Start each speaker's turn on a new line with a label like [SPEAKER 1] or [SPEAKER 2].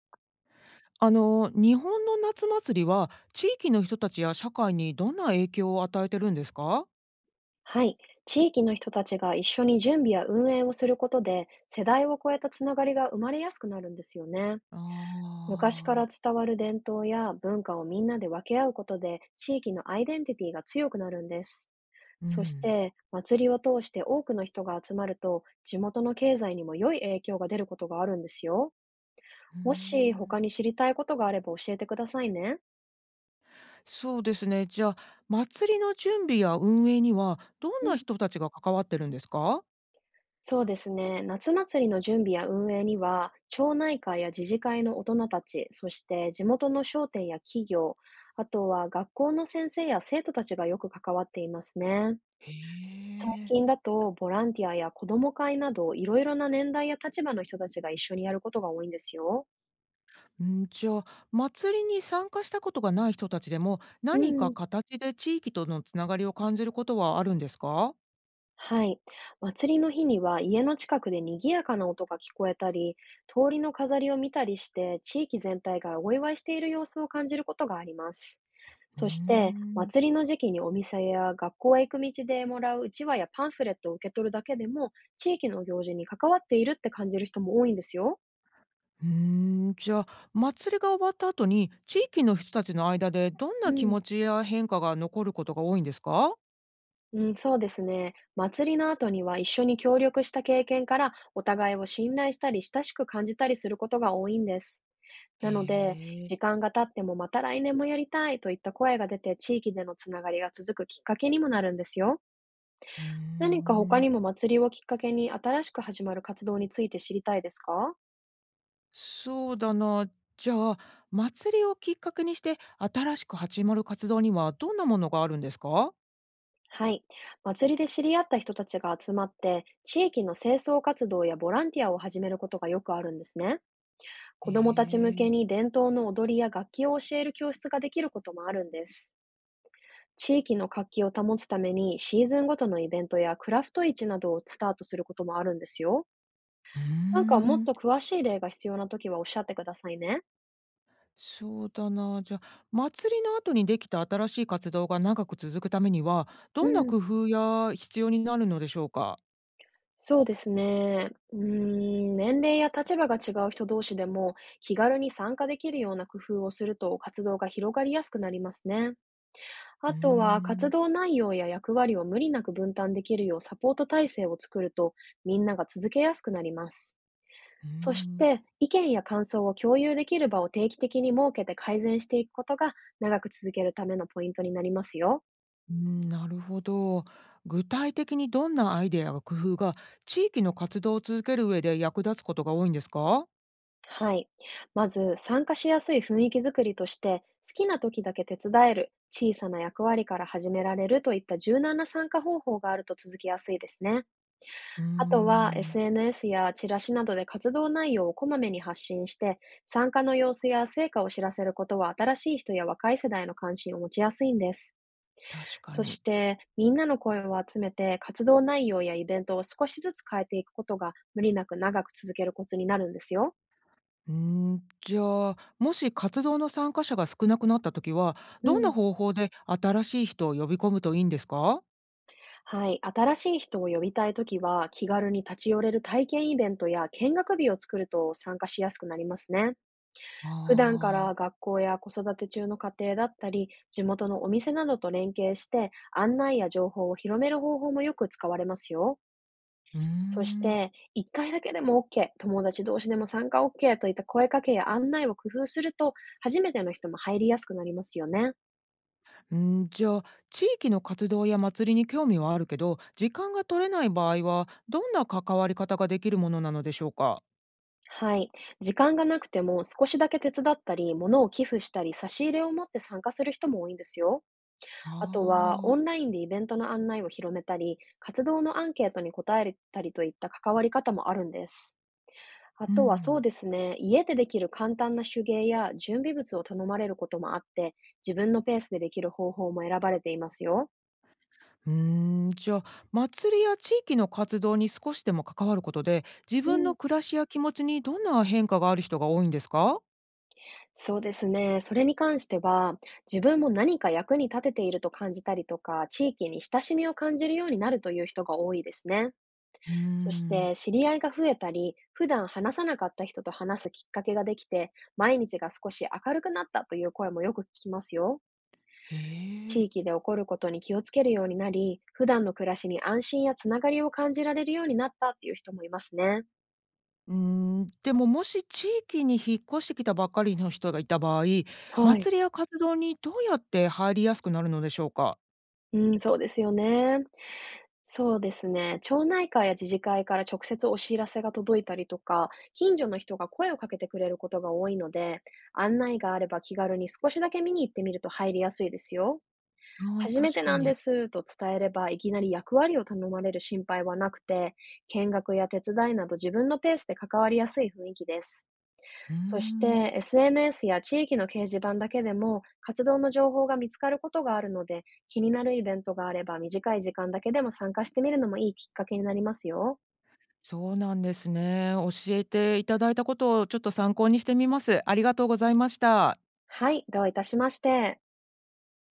[SPEAKER 1] あの、日本の夏祭りは地域の人たちや社会にどんな影響を与えてるんですか？
[SPEAKER 2] はい。地域の人たちが一緒に準備や運営をすることで、世代を超えたつながりが生まれやすくなるんですよね。
[SPEAKER 1] あ
[SPEAKER 2] 昔か
[SPEAKER 1] あ、
[SPEAKER 2] ら伝わる伝統や文化をみんなで分け合うことで、地域のアイデンティティが強くなるんです。
[SPEAKER 1] う
[SPEAKER 2] そし
[SPEAKER 1] ん。
[SPEAKER 2] て、祭りを通して多くの人が集まると、地元の経済にも良い影響が出ることがあるんですよ。
[SPEAKER 1] うー
[SPEAKER 2] もし
[SPEAKER 1] ん。
[SPEAKER 2] 他に知りたいことがあれば教えてくださいね。
[SPEAKER 1] そうですね。じゃあ、祭りの準備や運営にはどんな人たちが関わってるんですか？
[SPEAKER 2] そうですね。夏祭りの準備や運営には、町内会や自治会の大人たち、そして地元の商店や企業、あとは学校の先生や生徒たちがよく関わっていますね。
[SPEAKER 1] へ
[SPEAKER 2] 最近
[SPEAKER 1] え。
[SPEAKER 2] だと、ボランティアや子ども会など、いろいろな年代や立場の人たちが一緒にやることが多いんですよ。
[SPEAKER 1] うん、じゃあ、祭りに参加したことがない人たちでも、
[SPEAKER 2] う
[SPEAKER 1] 何か
[SPEAKER 2] ん。
[SPEAKER 1] 形で地域とのつながりを感じることはあるんですか？
[SPEAKER 2] はい。祭りの日には家の近くで賑やかな音が聞こえたり、通りの飾りを見たりして、地域全体がお祝いしている様子を感じることがあります。
[SPEAKER 1] うー
[SPEAKER 2] そして、
[SPEAKER 1] ん。
[SPEAKER 2] 祭りの時期にお店や学校へ行く道でもらううちわやパンフレットを受け取るだけでも、地域の行事に関わっているって感じる人も多いんですよ。
[SPEAKER 1] うーん、じゃあ、祭りが終わった後に、地域の人たちの間でどん
[SPEAKER 2] う
[SPEAKER 1] な気
[SPEAKER 2] ん。
[SPEAKER 1] 持ちや変化が残ることが多いんですか？
[SPEAKER 2] うん、そうですね。祭りの後には一緒に協力した経験から、お互いを信頼したり親しく感じたりすることが多いんです。
[SPEAKER 1] へ
[SPEAKER 2] なので、
[SPEAKER 1] え。
[SPEAKER 2] 時間が経ってもまた来年もやりたいといった声が出て、地域でのつながりが続くきっかけにもなるんですよ。
[SPEAKER 1] うー
[SPEAKER 2] 何か他
[SPEAKER 1] ん、
[SPEAKER 2] にも祭りをきっかけに新しく始まる活動について知りたいですか？
[SPEAKER 1] そうだな。じゃあ、祭りをきっかけにして、新しく始まる活動にはどんなものがあるんですか？
[SPEAKER 2] はい。祭りで知り合った人たちが集まって、地域の清掃活動やボランティアを始めることがよくあるんですね。
[SPEAKER 1] へ
[SPEAKER 2] 子どもたち向
[SPEAKER 1] え。
[SPEAKER 2] けに伝統の踊りや楽器を教える教室ができることもあるんです。地域の活気を保つためにシーズンごとのイベントやクラフト市などをスタートすることもあるんですよ。
[SPEAKER 1] うー
[SPEAKER 2] なんかもっ
[SPEAKER 1] ん、
[SPEAKER 2] と詳しい例が必要なときはおっしゃってくださいね。
[SPEAKER 1] そうだな。じゃあ、祭りの後にできた新しい活動が長く続くためには、
[SPEAKER 2] う
[SPEAKER 1] どんな
[SPEAKER 2] ん。
[SPEAKER 1] 工夫や必要になるのでしょうか？
[SPEAKER 2] そうですね。年齢や立場が違う人同士でも気軽に参加できるような工夫をすると活動が広がりやすくなりますね。
[SPEAKER 1] うー
[SPEAKER 2] あとは活
[SPEAKER 1] ん、
[SPEAKER 2] 動内容や役割を無理なく分担できるようサポート体制を作ると、みんなが続けやすくなります。
[SPEAKER 1] うー
[SPEAKER 2] そし
[SPEAKER 1] ん。
[SPEAKER 2] て、意見や感想を共有できる場を定期的に設けて改善していくことが、長く続けるためのポイントになりますよ。
[SPEAKER 1] うん、なるほど。具体的にどんなアイデアや工夫が地域の活動を続ける上で役立つことが多いんですか？
[SPEAKER 2] はい。まず、参加しやすい雰囲気づくりとして、好きな時だけ手伝える、小さな役割から始められるといった柔軟な参加方法があると続きやすいですね。
[SPEAKER 1] うー
[SPEAKER 2] あとは、
[SPEAKER 1] ん、
[SPEAKER 2] SNS やチラシなどで活動内容をこまめに発信して、参加の様子や成果を知らせることは、新しい人や若い世代の関心を持ちやすいんです。
[SPEAKER 1] 確か
[SPEAKER 2] そし
[SPEAKER 1] に。
[SPEAKER 2] て、みんなの声を集めて、活動内容やイベントを少しずつ変えていくことが、無理なく長く続けるコツになるんですよ。
[SPEAKER 1] うーん、じゃあ、もし活動の参加者が少なくなったときは、
[SPEAKER 2] う
[SPEAKER 1] どんな
[SPEAKER 2] ん。
[SPEAKER 1] 方法で新しい人を呼び込むといいんですか？
[SPEAKER 2] はい。新しい人を呼びたいときは、気軽に立ち寄れる体験イベントや見学日を作ると参加しやすくなりますね。普段か
[SPEAKER 1] あ
[SPEAKER 2] ら
[SPEAKER 1] あ
[SPEAKER 2] 学校や子育て中の家庭だったり、地元のお店などと連携して、案内や情報を広める方法もよく使われますよ。
[SPEAKER 1] ー、うー
[SPEAKER 2] そし
[SPEAKER 1] ん。
[SPEAKER 2] て、1回だけでもオッケー、友達同士でも参加オッケーといった声かけや案内を工夫すると、初めての人も入りやすくなりますよね。
[SPEAKER 1] うん、じゃあ、地域の活動や祭りに興味はあるけど、時間が取れない場合は、どんな関わり方ができるものなのでしょうか？
[SPEAKER 2] はい。時間がなくても少しだけ手伝ったり、物を寄付したり、差し入れを持って参加する人も多いんですよ。
[SPEAKER 1] あ
[SPEAKER 2] あとは、
[SPEAKER 1] あ
[SPEAKER 2] オン
[SPEAKER 1] ー。
[SPEAKER 2] ラインでイベントの案内を広めたり、活動のアンケートに答えたりといった関わり方もあるんです。あ
[SPEAKER 1] う
[SPEAKER 2] とはそう
[SPEAKER 1] ん。
[SPEAKER 2] ですね、家でできる簡単な手芸や準備物を頼まれることもあって、自分のペースでできる方法も選ばれていますよ。
[SPEAKER 1] うーん、じゃあ、祭りや地域の活動に少しでも関わることで、自
[SPEAKER 2] う
[SPEAKER 1] 分
[SPEAKER 2] ん、
[SPEAKER 1] の暮らしや気持ちにどんな変化がある人が多いんですか？
[SPEAKER 2] そうですね。それに関しては、自分も何か役に立てていると感じたりとか、地域に親しみを感じるようになるという人が多いですね。
[SPEAKER 1] うー
[SPEAKER 2] そし
[SPEAKER 1] ん、
[SPEAKER 2] て、知り合いが増えたり、普段話さなかった人と話すきっかけができて、毎日が少し明るくなったという声もよく聞きますよ。
[SPEAKER 1] へ
[SPEAKER 2] 地
[SPEAKER 1] え。
[SPEAKER 2] 域で起こることに気をつけるようになり、普段の暮らしに安心やつながりを感じられるようになったっていう人もいますね。
[SPEAKER 1] うーん、でも、もし地域に引っ越してきたばっかりの人がいた場合、
[SPEAKER 2] はい。
[SPEAKER 1] 祭りや活動にどうやって入りやすくなるのでしょうか？
[SPEAKER 2] うん、そうですよね。そうですね。町内会や自治会から直接お知らせが届いたりとか、近所の人が声をかけてくれることが多いので、案内があれば気軽に少しだけ見に行ってみると入りやすいですよ。
[SPEAKER 1] ああ、
[SPEAKER 2] 初め
[SPEAKER 1] 確
[SPEAKER 2] て
[SPEAKER 1] か
[SPEAKER 2] なんで
[SPEAKER 1] に。
[SPEAKER 2] すと伝えれば、いきなり役割を頼まれる心配はなくて、見学や手伝いなど自分のペースで関わりやすい雰囲気です。
[SPEAKER 1] うー
[SPEAKER 2] そし
[SPEAKER 1] ん。
[SPEAKER 2] て SNS や地域の掲示板だけでも活動の情報が見つかることがあるので、気になるイベントがあれば短い時間だけでも参加してみるのもいいきっかけになりますよ。
[SPEAKER 1] そうなんですね。教えていただいたことをちょっと参考にしてみます。ありがとうございました。
[SPEAKER 2] はい、どういたしまして。